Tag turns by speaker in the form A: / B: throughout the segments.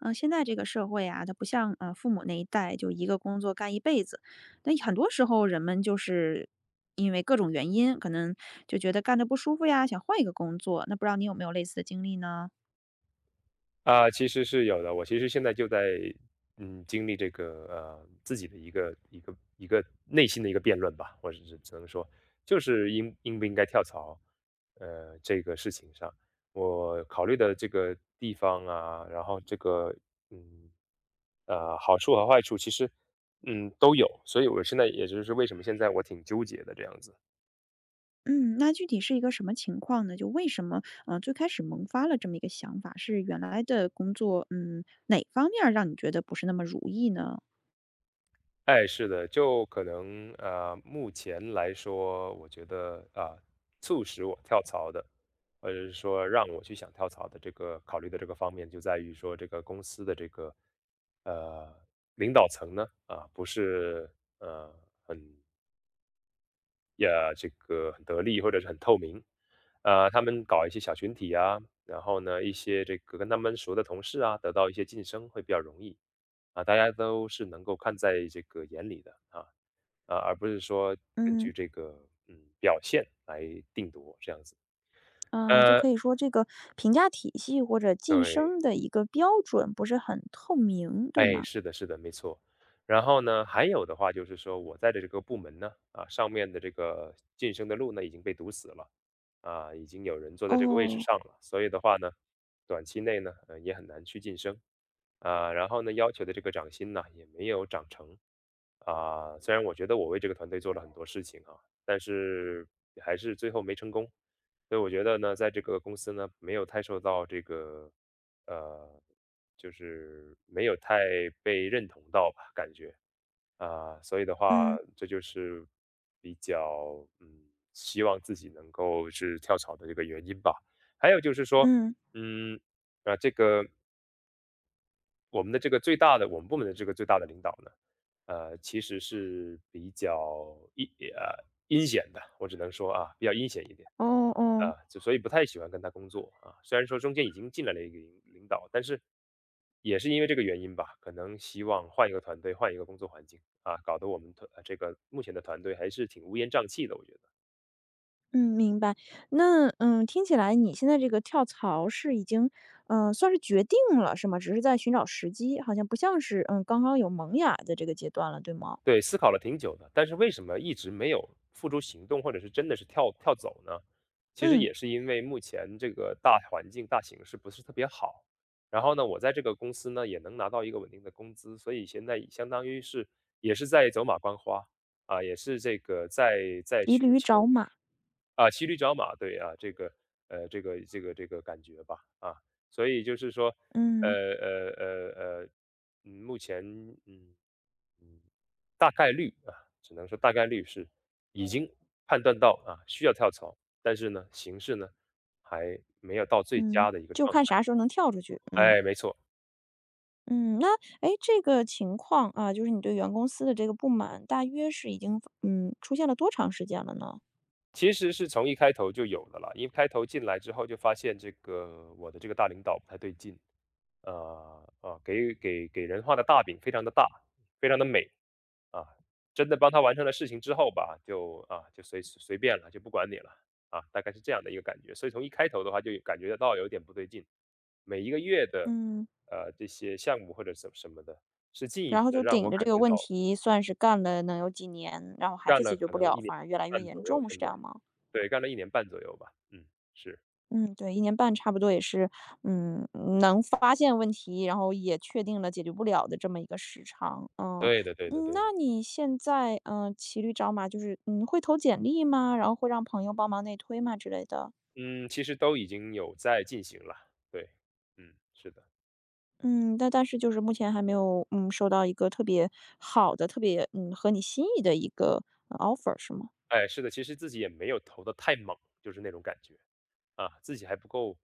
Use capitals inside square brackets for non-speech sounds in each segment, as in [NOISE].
A: 嗯，现在这个社会啊，它不像父母那一代，就一个工作干一辈子。那很多时候人们就是因为各种原因，可能就觉得干的不舒服呀，想换一个工作。那不知道你有没有类似的经历呢？
B: 啊，其实是有的。我其实现在就在，经历这个自己的一个内心的一个辩论吧，我只是只能说，就是不应该跳槽，这个事情上，我考虑的这个地方啊，然后这个嗯好处和坏处其实都有，所以我现在也就是为什么现在我挺纠结的这样子。
A: 嗯，那具体是一个什么情况呢？就为什么最开始萌发了这么一个想法，是原来的工作哪方面儿让你觉得不是那么如意呢？
B: 哎，是的，就可能目前来说，我觉得啊、促使我跳槽的，或者是说让我去想跳槽的这个考虑的这个方面，就在于说这个公司的这个呃领导层呢啊、不是呃很呀，这个很得力或者是很透明。他们搞一些小群体啊，然后呢，一些这个跟他们熟的同事啊，得到一些晋升会比较容易啊，大家都是能够看在这个眼里的啊，啊，而不是说根据
A: 嗯，
B: 这个表现来定夺这样子。
A: 啊，就
B: 呃，
A: 可以说这个评价体系或者晋
B: 对。
A: 升的一个标准不是很透明，对
B: 哎，
A: 吗？
B: 是的，是的，没错。然后呢，还有的话就是说，我在的这个部门呢，啊，上面的这个晋升的路呢已经被堵死了，啊，已经有人坐在这个位置
A: 哦，
B: 上了，所以的话呢，短期内呢，也很难去晋升，啊，然后呢，要求的这个涨薪呢也没有涨成，啊，虽然我觉得我为这个团队做了很多事情啊，但是还是最后没成功。所以我觉得呢，在这个公司呢，没有太受到这个，呃，就是没有太被认同到吧，感觉啊，所以的话，
A: 嗯，
B: 这就是比较希望自己能够是跳槽的这个原因吧。还有就是说，
A: 嗯，
B: 嗯，这个我们部门的这个最大的领导呢，其实是比较阴险的，我只能说啊，比较阴险一点。
A: 哦哦，
B: 啊，就所以不太喜欢跟他工作啊，虽然说中间已经进来了一个领导，但是也是因为这个原因吧，可能希望换一个团队，换一个工作环境啊，搞得我们团呃这个目前的团队还是挺乌烟瘴气的，我觉得。
A: 嗯，明白。那，听起来你现在这个跳槽是已经，算是决定了，是吗？只是在寻找时机，好像不像是，刚刚有萌芽的这个阶段了，对吗？
B: 对，思考了挺久的，但是为什么一直没有付诸行动，或者是真的是跳走呢？其实
A: 嗯，
B: 也是因为目前这个大环境、大形势不是特别好。然后呢，我在这个公司呢也能拿到一个稳定的工资，所以现在相当于是也是在走马观花啊，也是这个在
A: 骑
B: 寻
A: 驴
B: 求
A: 找马，
B: 啊骑驴找马，对啊，这个这个感觉吧啊，所以就是说呃
A: 嗯，
B: 呃呃呃，目前嗯嗯大概率啊，只能说大概率是已经判断到啊需要跳槽，但是呢，形势呢还没有到最
A: 嗯，
B: 佳的一个
A: 就
B: 状
A: 看
B: 态。
A: 啥时候能跳出去，嗯。
B: 哎，没错，
A: 嗯，那哎，诶，这个情况啊，就是你对原公司的这个不满，大约是已经，出现了多长时间了呢？
B: 其实是从一开头就有的了，一开头进来之后就发现这个我的这个大领导不太对劲，给人画的大饼非常的大，非常的美，啊，真的帮他完成了事情之后吧，就啊，就随便了，就不管你了啊，大概是这样的一个感觉。所以从一开头的话就感觉得到有点不对劲，每一个月的
A: 嗯。
B: 这些项目或者什么的，是进一
A: 然
B: 步
A: 后
B: 的
A: 就
B: 让
A: 顶
B: 我
A: 着这
B: 感
A: 个
B: 觉到
A: 问题，算是干了能有几年，然后还是
B: 干
A: 解
B: 了
A: 决
B: 可
A: 不
B: 能
A: 了，
B: 一年
A: 反而越来
B: 半
A: 越严
B: 左右，
A: 重，是
B: 现
A: 这
B: 在
A: 样吗？
B: 对，干了一年半左右吧，嗯，是
A: 嗯，对一年半差不多也是，嗯，能发现问题，然后也确定了解决不了的这么一个时长。嗯，
B: 对的，对的，
A: 嗯，
B: 对
A: 那
B: 的，
A: 你现在，骑驴找马就是，会投简历吗？然后会让朋友帮忙内推吗之类的？
B: 嗯，其实都已经有在进行了，对，嗯，是的。
A: 嗯，但是就是目前还没有，收到一个特别好的，特别，合你心意的一个offer 是吗？
B: 哎，是的，其实自己也没有投得太猛，就是那种感觉。啊，自己还不够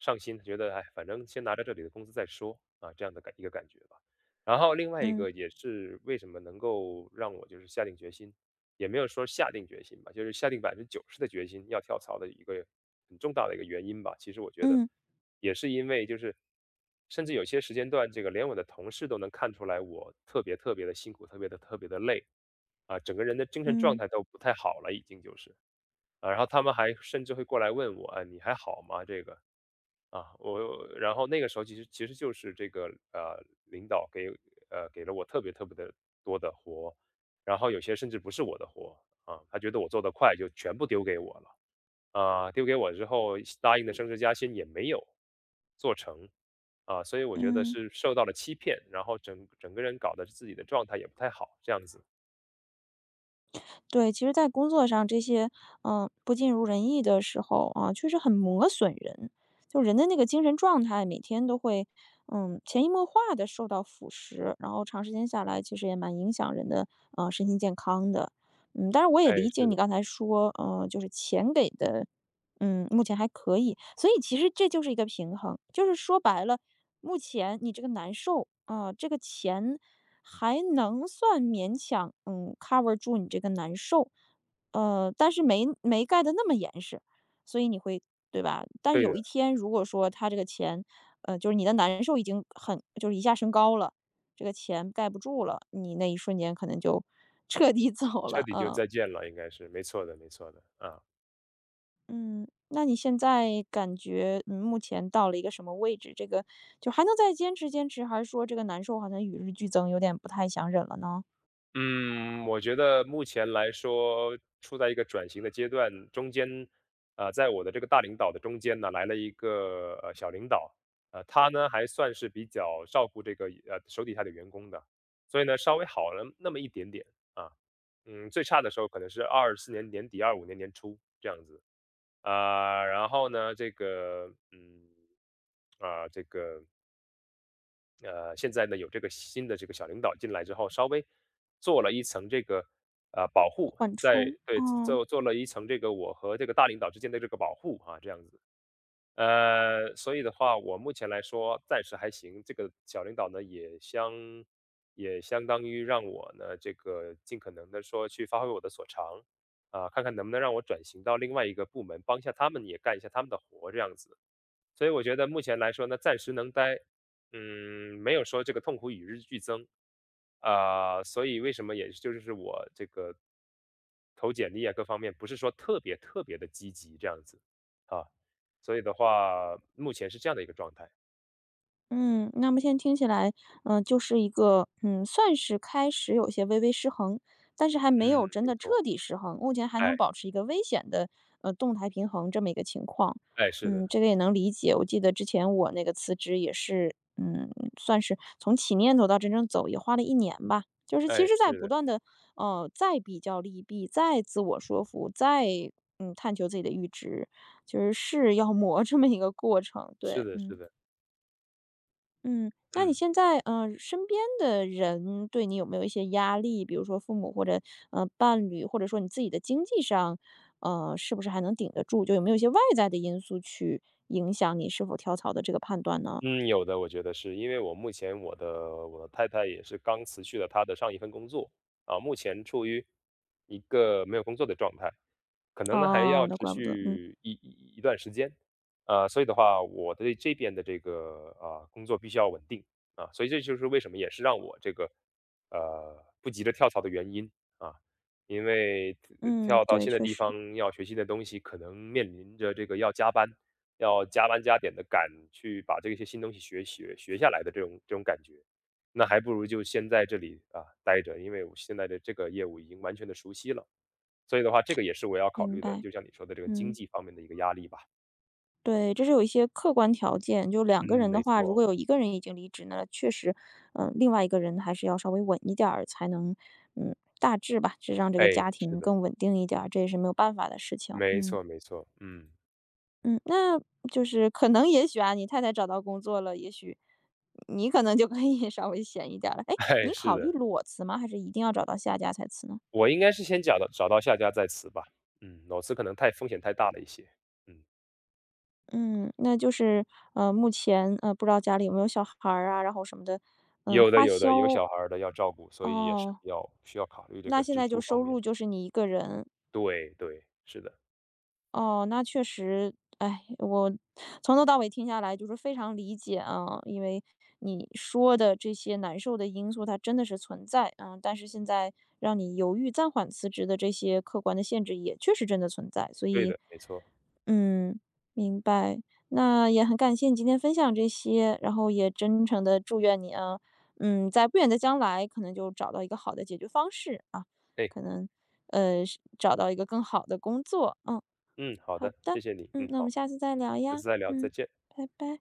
B: 上心，觉得哎，反正先拿着这里的工资再说啊，这样的一个感觉吧。然后另外一
A: 嗯，
B: 个也是为什么能够让我就是下定决心也没有说下定决心吧，就是下定90%的决心要跳槽的一个很重大的一个原因吧。其实我觉得
A: 嗯，
B: 也是因为就是甚至有些时间段，这个连我的同事都能看出来我特别特别的辛苦，特别的特别的累，啊，整个人的精神状
A: 嗯，
B: 态都不太好了已经就是。啊，然后他们还甚至会过来问我：“啊，你还好吗？”这个。啊，我然后那个时候其实就是这个，领导给了我特别特别的多的活，然后有些甚至不是我的活，啊，他觉得我做得快就全部丢给我了。啊，丢给我之后答应的升职加薪也没有做成，啊，所以我觉得
A: 嗯。
B: 是受到了欺骗，然后整个人搞得自己的状态也不太好，这样子。
A: 对，其实在工作上这些，不尽如人意的时候啊，确实很磨损人。就人的那个精神状态，每天都会，潜移默化的受到腐蚀，然后长时间下来，其实也蛮影响人的，身心健康的。嗯，但是我也
B: 哎，
A: 理解
B: 是
A: 你
B: 的，
A: 刚才说，就是钱给的目前还可以，所以其实这就是一个平衡，就是说白了，目前你这个难受啊，这个钱还能算勉强，cover 住你这个难受，但是没盖的那么严实，所以你会对吧？但
B: 对的，
A: 有一天如果说他这个钱，就是你的难受已经很就是一下升高了，这个钱盖不住了，你那一瞬间可能就彻底 [LAUGHS] 走
B: 彻
A: 了，
B: 底就
A: 嗯。
B: 再见了，应该是，没错的没错的，啊。
A: 嗯，那你现在感觉，目前到了一个什么位置？这个就还能再坚持坚持，还是说这个难受好像与日俱增，有点不太想忍了呢？
B: 嗯，我觉得目前来说，处在一个转型的阶段，中间，在我的这个大领导的中间呢，来了一个小领导，他呢还算是比较照顾这个手底下的员工的，所以呢稍微好了那么一点点啊，嗯，最差的时候可能是24年年底、25年年初这样子啊，然后呢，这个这个现在呢有这个新的这个小领导进来之后，稍微做了一层这个保护，
A: 缓
B: 在
A: 冲，
B: 对
A: 嗯。
B: 做了一层这个我和这个大领导之间的这个保护啊，这样子。所以的话，我目前来说暂时还行。这个小领导呢，也相当于让我呢，这个尽可能的说去发挥我的所长啊，看看能不能让我转型到另外一个部门，帮一下他们，也干一下他们的活，这样子。所以我觉得目前来说呢，暂时能待，没有说这个痛苦与日俱增，啊、所以为什么也就是我这个投简历啊各方面不是说特别特别的积极这样子啊，所以的话，目前是这样的一个状态。
A: 嗯，那么现在听起来，就是一个，算是开始有些微微失衡，但是还
B: 嗯，
A: 没有真
B: 没
A: 的彻
B: 错，
A: 底失衡，目前还
B: 哎
A: 能保持一个危险的，动态平衡这么一个情况。
B: 哎，是
A: 嗯，
B: 的，
A: 这个也能理解。我记得之前我那个辞职也是，算是从起念头到真正走也花了一年吧。就是其
B: 哎
A: 实，在
B: 是
A: 不
B: 的，
A: 断的，再比较利弊，再自我说服，再探求自己的阈值，就是要磨 [LAUGHS] 这么一个过程。
B: 是
A: 对，
B: 的是
A: 嗯。
B: 的，
A: 嗯，那你
B: 嗯。
A: 现在，身边的人对你有没有一些压力？比如说父母或者，伴侣，或者说你自己的经济上，是不是还能顶得住？就有没有一些外在的因素去影响你是否跳槽的这个判断呢？
B: 嗯，有的，我觉得是因为我目前我的太太也是刚辞去了她的上一份工作啊，目前处于一个没有工作的状态，可能呢还
A: 哦，
B: 要
A: 那
B: 持
A: 怪不得，嗯，
B: 续一段时间，啊，所以的话，我对这边的这个啊、工作必须要稳定啊，所以这就是为什么也是让我这个不急着跳槽的原因啊，因为
A: 嗯，
B: 跳到
A: 对，
B: 新的
A: 确
B: 地
A: 实，
B: 方要学新的东西，可能面临着这个要加班加点的赶去把这些新东西学下来的这种感觉。那还不如就先在这里啊待着，因为我现在的这个业务已经完全的熟悉了。所以的话，这个也是我要考
A: 明
B: 虑的，
A: 白，
B: 就像你说的这个经
A: 嗯。
B: 济方面的一个压力吧。
A: 对，这是有一些客观条件，就两个
B: 嗯，
A: 人的
B: 没
A: 话，如
B: 错，
A: 果有一个人已经离职呢，确实，另外一个人还是要稍微稳一点儿，才能，大致吧，是让这个
B: 哎，
A: 家
B: 是
A: 庭
B: 的，
A: 更稳定一点儿，这也是没有办法的事情。
B: 没
A: 嗯
B: 错没错，嗯，
A: 嗯，那就是可能也许啊，你太太找到工作了，也许你可能就可以 [LAUGHS] 稍微闲一点儿了。哎，
B: [LAUGHS] 哎，
A: 你
B: 是
A: 考虑
B: 的，
A: 裸辞吗？还是一定要找到下家才辞呢？
B: 我应该是先找到下家再辞吧。嗯，裸辞可能太风险太大了一些。嗯，
A: 嗯，那就是目前不知道家里有没有小孩儿啊，然后什么的，
B: 有的
A: 花
B: 有的，有
A: 销
B: 小孩儿的要照顾，所以也是
A: 哦，
B: 需要考虑这
A: 那
B: 个
A: 现
B: 支
A: 在就
B: 出
A: 收
B: 方面。
A: 入就是你一个人，
B: 对对，是的，
A: 哦，那确实，哎，我从头到尾听下来就是非常理解啊，因为你说的这些难受的因素它真的是存在啊，但是现在让你犹豫暂缓辞职的这些客观的限制也确实真的存在，所
B: 对
A: 以
B: 的，没错。
A: 嗯，明白。那也很感谢你今天分享这些，然后也真诚的祝愿你啊，在不远的将来可能就找到一个好的解决方式啊，
B: 哎，
A: 可能，呃，找到一个更好的工作。嗯，
B: 嗯，好
A: 好
B: 的，
A: 的，
B: 谢谢你，嗯，
A: 那我们
B: 好，
A: 下次再聊
B: 下
A: 呀，
B: 次再聊，再
A: 嗯，
B: 见。
A: 拜拜。